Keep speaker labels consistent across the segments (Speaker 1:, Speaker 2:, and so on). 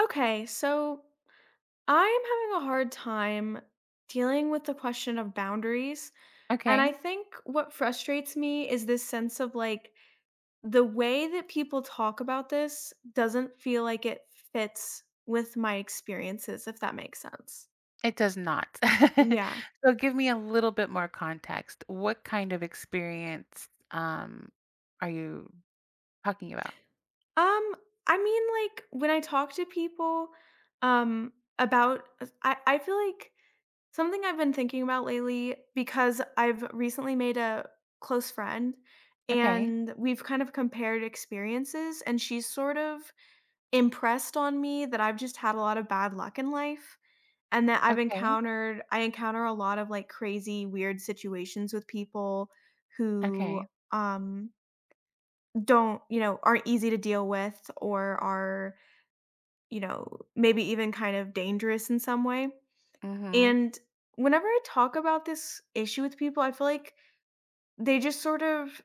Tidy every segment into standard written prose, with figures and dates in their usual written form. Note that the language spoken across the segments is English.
Speaker 1: Okay, so I'm having a hard time dealing with the question of boundaries. And I
Speaker 2: Okay,
Speaker 1: think what frustrates me is this sense of like the way that people talk about this doesn't feel like it fits with my experiences, if that makes sense.
Speaker 2: it does not.
Speaker 1: Yeah.
Speaker 2: So give me a little bit more context. What kind of experience are you talking about?
Speaker 1: Um, I mean, like when I talk to people um about I feel like something I've been thinking about lately because I've recently made a close friend,
Speaker 2: Okay.
Speaker 1: and we've kind of compared experiences, and she's sort of impressed on me that I've just had a lot of bad luck in life and that
Speaker 2: Okay.
Speaker 1: I encounter a lot of like crazy weird situations with people who
Speaker 2: Okay.
Speaker 1: um don't, you know, aren't easy to deal with or are, you know, maybe even kind of dangerous in some way.
Speaker 2: hmm
Speaker 1: And whenever I talk about this issue with people, I feel like they just sort of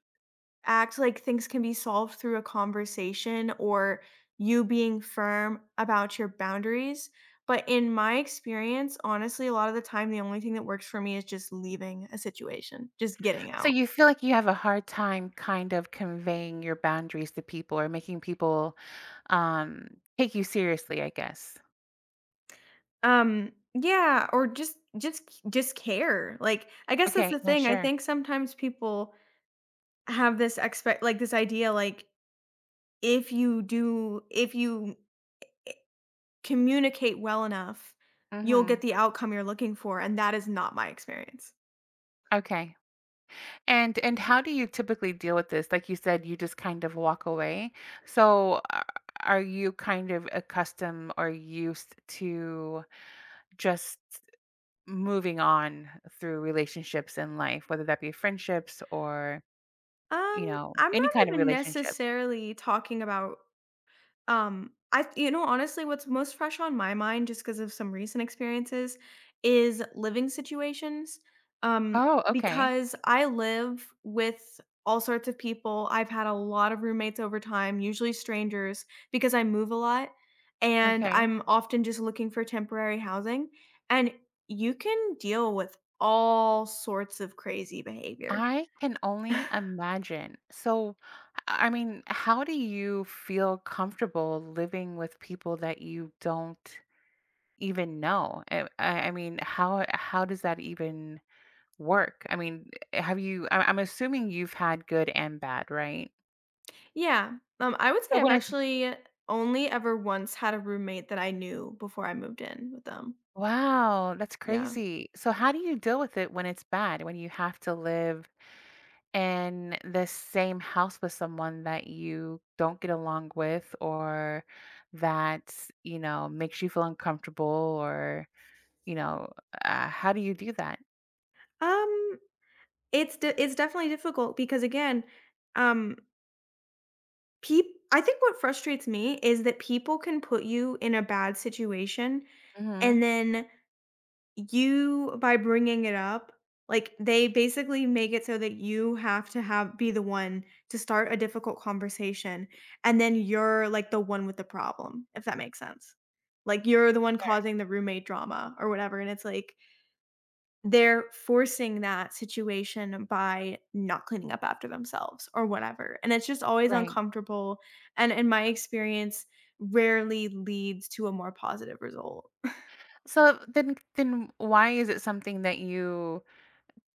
Speaker 1: act like things can be solved through a conversation or you being firm about your boundaries. But in my experience, honestly, a lot of the time, the only thing that works for me is just leaving a situation, just getting
Speaker 2: So
Speaker 1: out.
Speaker 2: you feel like you have a hard time kind of conveying your boundaries to people or making people um take you seriously, I guess.
Speaker 1: Yeah, or just care. Like, I guess that's
Speaker 2: Okay,
Speaker 1: the
Speaker 2: yeah,
Speaker 1: thing. I
Speaker 2: sure.
Speaker 1: think sometimes people have this expect like this idea like if you communicate well enough, you'll get
Speaker 2: hmm
Speaker 1: the outcome you're looking for, and that is not my experience.
Speaker 2: Okay. And how do you typically deal with this? Like you said, you just kind of walk away. So are you kind of accustomed or used to just moving on through relationships in life, whether that be friendships or, you know,
Speaker 1: I'm
Speaker 2: any
Speaker 1: not
Speaker 2: kind of
Speaker 1: even
Speaker 2: relationship?
Speaker 1: necessarily talking about. Honestly, what's most fresh on my mind just because of some recent experiences is living situations, um,
Speaker 2: Oh, okay.
Speaker 1: because I live with all sorts of people. I've had a lot of roommates over time, usually strangers, because I move a lot and
Speaker 2: Okay.
Speaker 1: I'm often just looking for temporary housing, and you can deal with all sorts of crazy behavior.
Speaker 2: I can only imagine. So, I mean, how do you feel comfortable living with people that you don't even know? I mean, how does that even work? I mean, have you I'm assuming you've had good and bad, right?
Speaker 1: Yeah. I would say
Speaker 2: So
Speaker 1: I've
Speaker 2: when it's
Speaker 1: actually only ever once had a roommate that I knew before I moved in with them.
Speaker 2: wow, that's
Speaker 1: Yeah.
Speaker 2: crazy. So how do you deal with it when it's bad, when you have to live in the same house with someone that you don't get along with or that, you know, makes you feel uncomfortable or, you know, how do you do that?
Speaker 1: Um, it's definitely difficult because again, um, I think what frustrates me is that people can put you in a bad situation, and
Speaker 2: Mhm.
Speaker 1: then You by bringing it up, like, they basically make it so that you have to have be the one to start a difficult conversation, and then you're, like, the one with the problem, if that makes sense. Like, you're the one causing the roommate drama or whatever, and it's like, they're forcing that situation by not cleaning up after themselves or whatever, and it's just always
Speaker 2: Right.
Speaker 1: uncomfortable, and in my experience, rarely leads to a more positive result.
Speaker 2: So then why is it something that you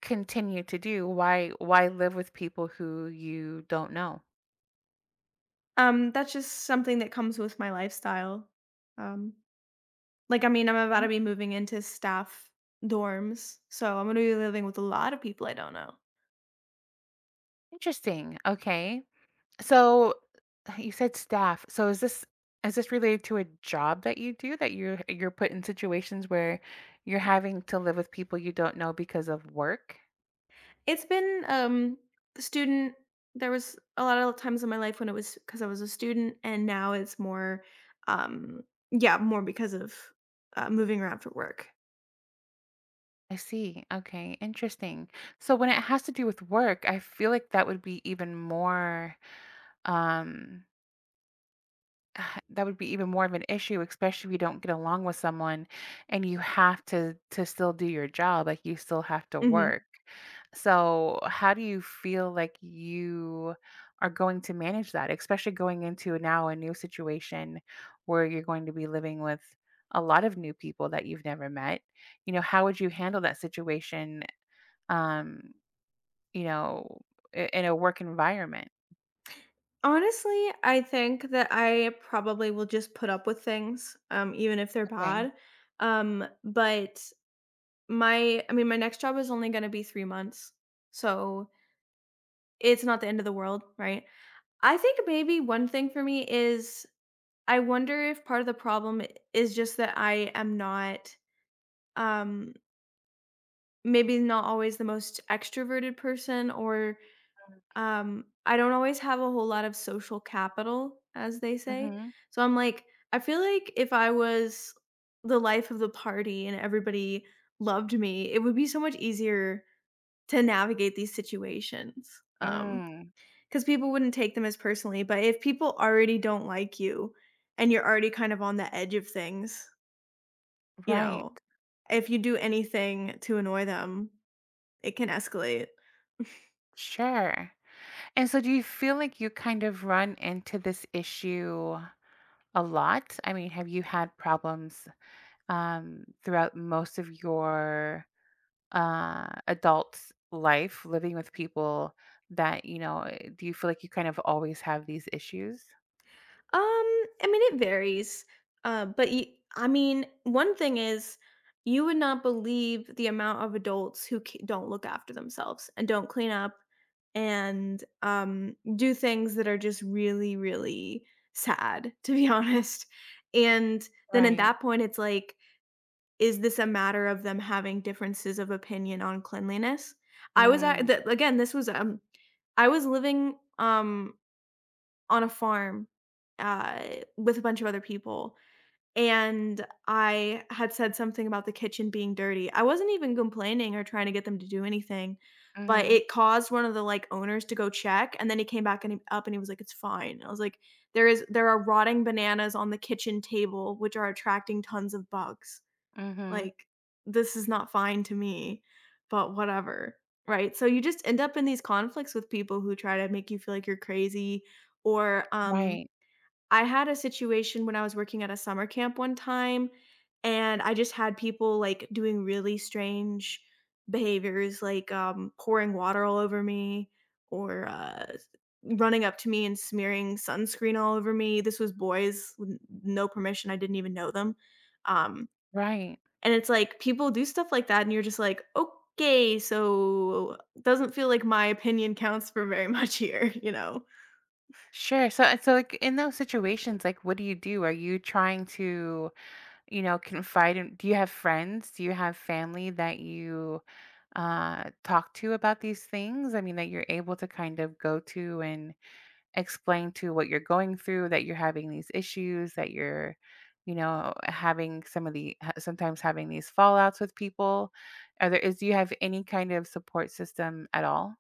Speaker 2: continue to do? Why live with people who you don't know?
Speaker 1: That's just something that comes with my lifestyle. Um, like, I mean, I'm about to
Speaker 2: Okay.
Speaker 1: be moving into staff dorms, so I'm gonna be living with a lot of people I don't know.
Speaker 2: Interesting. Okay. So you said staff. So is this related to a job that you do that you're put in situations where you're having to live with people you don't know because of work?
Speaker 1: It's been student There was a lot of times in my life when it was because I was a student, and now it's more um yeah, more because of moving around for work.
Speaker 2: I see. Okay, interesting. So when it has to do with work, I feel like that would be even more um that would be even more of an issue, especially if you don't get along with someone and you have to still do your job. Like, you still have to
Speaker 1: Hmm.
Speaker 2: work. So how do you feel like you are going to manage that, especially going into now a new situation where you're going to be living with a lot of new people that you've never met? You know, how would you handle that situation, um you know, in a work environment?
Speaker 1: Honestly, I think that I probably will just put up with things, even if they're
Speaker 2: Okay.
Speaker 1: bad. But My I mean, my next job is only gonna be 3 months, so it's not the end of the world, right? I think maybe one thing for me is I wonder if part of the problem is just that I am not, um, maybe not always the most extroverted person, or, I don't always have a whole lot of social capital, as they say.
Speaker 2: Mm-hmm.
Speaker 1: So I'm like, I feel like if I was the life of the party and everybody loved me, it would be so much easier to navigate these situations,
Speaker 2: Mm.
Speaker 1: because people wouldn't take them as personally, but if people already don't like you and you're already kind of on the edge of things, you
Speaker 2: Right.
Speaker 1: know, if you do anything to annoy them, it can escalate.
Speaker 2: Sure. And so do you feel like you kind of run into this issue a lot? I mean, have you had problems, throughout most of your adult life, living with people that, you know, do you feel like you kind of always have these issues?
Speaker 1: I mean, it varies. But y I mean, one thing is you would not believe the amount of adults who c don't look after themselves and don't clean up, and, do things that are just really, really sad, to be honest. And then at
Speaker 2: Right.
Speaker 1: that point, it's like, is this a matter of them having differences of opinion on cleanliness? I was at
Speaker 2: Mm,
Speaker 1: the again, this was, I was living, on a farm, uh, with a bunch of other people, and I had said something about the kitchen being dirty. I wasn't even complaining or trying to get them to do anything, but
Speaker 2: mm-hmm.
Speaker 1: it caused one of the, like, owners to go check, and then he came back and he up and he was like, "It's fine." I was like, There are rotting bananas on the kitchen table, which are attracting tons of bugs."
Speaker 2: Mm-hmm.
Speaker 1: Like, this is not fine to me, but whatever, right? So you just end up in these conflicts with people who try to make you feel like you're crazy. Or
Speaker 2: Right.
Speaker 1: I had a situation when I was working at a summer camp one time, and I just had people, like, doing really strange behaviors, like pouring water all over me, or running up to me and smearing sunscreen all over me. This was boys with no permission. I didn't even know them. Um
Speaker 2: Right.
Speaker 1: and it's like people do stuff like that, and you're just like, "Okay, so doesn't feel like my opinion counts for very much here," you know?
Speaker 2: Sure. So, so like in those situations, like, what do you do? Are you trying to, you know, confide in, do you have friends? Do you have family that you, talk to about these things? I mean, that you're able to kind of go to and explain to what you're going through, that you're having these issues, that you're, you know, having some of the ha sometimes having these fallouts with people. Are there is Do you have any kind of support system at all?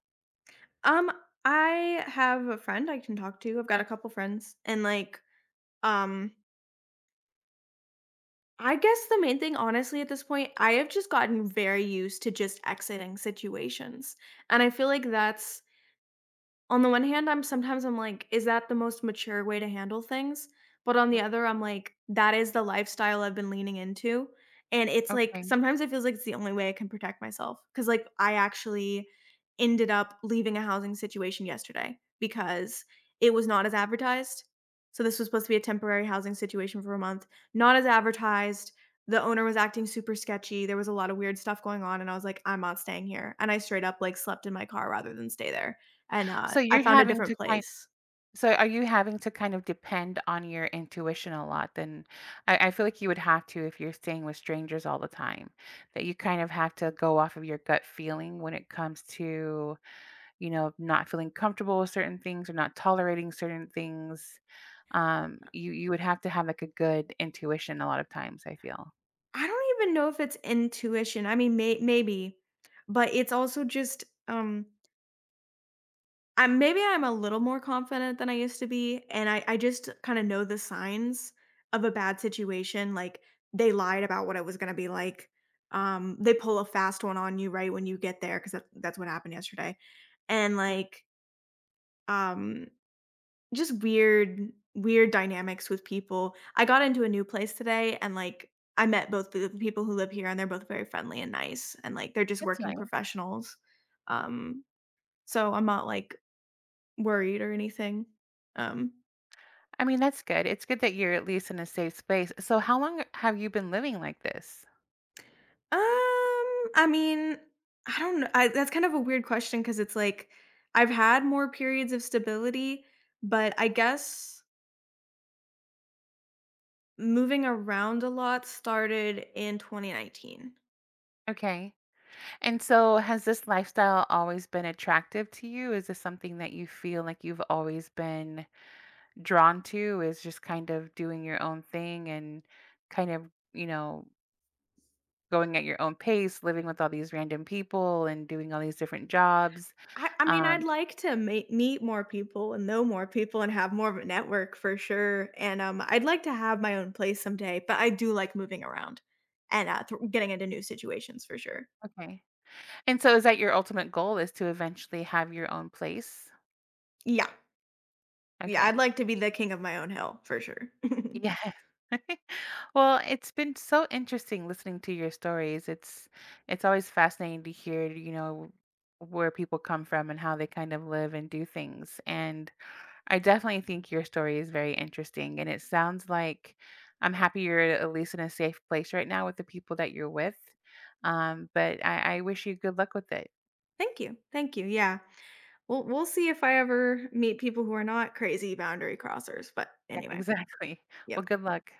Speaker 1: Um, I have a friend I can talk to. I've got a couple friends, and, like, um, I guess the main thing, honestly, at this point, I have just gotten very used to just exiting situations, and I feel like that's on the one hand, I'm sometimes I'm like, "Is that the most mature way to handle things?" But on the other, I'm like, "That is the lifestyle I've been leaning into." And it's like
Speaker 2: Okay.
Speaker 1: sometimes it feels like it's the only way I can protect myself. Cause, like, I actually ended up leaving a housing situation yesterday because it was not as advertised. So this was supposed to be a temporary housing situation for a month, not as advertised. The owner was acting super sketchy. There was a lot of weird stuff going on, and I was like, "I'm not staying here." And I straight up, like, slept in my car rather than stay there. And,
Speaker 2: So
Speaker 1: I
Speaker 2: you're
Speaker 1: found a
Speaker 2: having
Speaker 1: different
Speaker 2: to kind
Speaker 1: place.
Speaker 2: Are you having to kind of depend on your intuition a lot? Then I feel like you would have to. If you're staying with strangers all the time, that you kind of have to go off of your gut feeling when it comes to, you know, not feeling comfortable with certain things or not tolerating certain things. You you would have to have like a good intuition a lot of times, I feel.
Speaker 1: I don't even know if it's intuition. I mean, maybe, but it's also just, I'm maybe I'm a little more confident than I used to be, and I just kinda know the signs of a bad situation, like, they lied about what it was gonna be like. They pull a fast one on you right when you get there 'cause that's what happened yesterday, and,
Speaker 2: Mm,
Speaker 1: like, um just weird dynamics with people. I got into a new place today and, like, I met both the people who live here, and they're both very friendly and nice, and, like, they're just
Speaker 2: that's
Speaker 1: working
Speaker 2: nice.
Speaker 1: professionals. Um, so I'm not, like, worried or anything. Um
Speaker 2: I mean, that's good. It's good that you're at least in a safe space. So how long have you been living like this?
Speaker 1: I mean, I don't know. I that's kind of a weird question because it's like, I've had more periods of stability, but I guess moving around a lot started in 2019.
Speaker 2: Okay. And so, has this lifestyle always been attractive to you? Is this something that you feel like you've always been drawn to? Is just kind of doing your own thing and kind of, you know, going at your own pace, living with all these random people and doing all these different jobs?
Speaker 1: I mean, I'd
Speaker 2: Um,
Speaker 1: like to meet more people and know more people and have more of a network for sure. And I'd like to have my own place someday, but I do like moving around and getting into new situations for sure.
Speaker 2: okay. And so, is that your ultimate goal, is to eventually have your own place?
Speaker 1: Yeah. Yeah.
Speaker 2: Okay.
Speaker 1: I'd like to be the king of my own hill for sure.
Speaker 2: Yeah. Well, it's been so interesting listening to your stories. It's always fascinating to hear, you know, where people come from and how they kind of live and do things. And I definitely think your story is very interesting. And it sounds like I'm happy you're at least in a safe place right now with the people that you're with. But I wish you good luck with it.
Speaker 1: Thank you. Thank you. Yeah. We'll see if I ever meet people who are not crazy boundary crossers. But
Speaker 2: Yeah,
Speaker 1: anyway,
Speaker 2: exactly. Well,
Speaker 1: yep.
Speaker 2: good luck.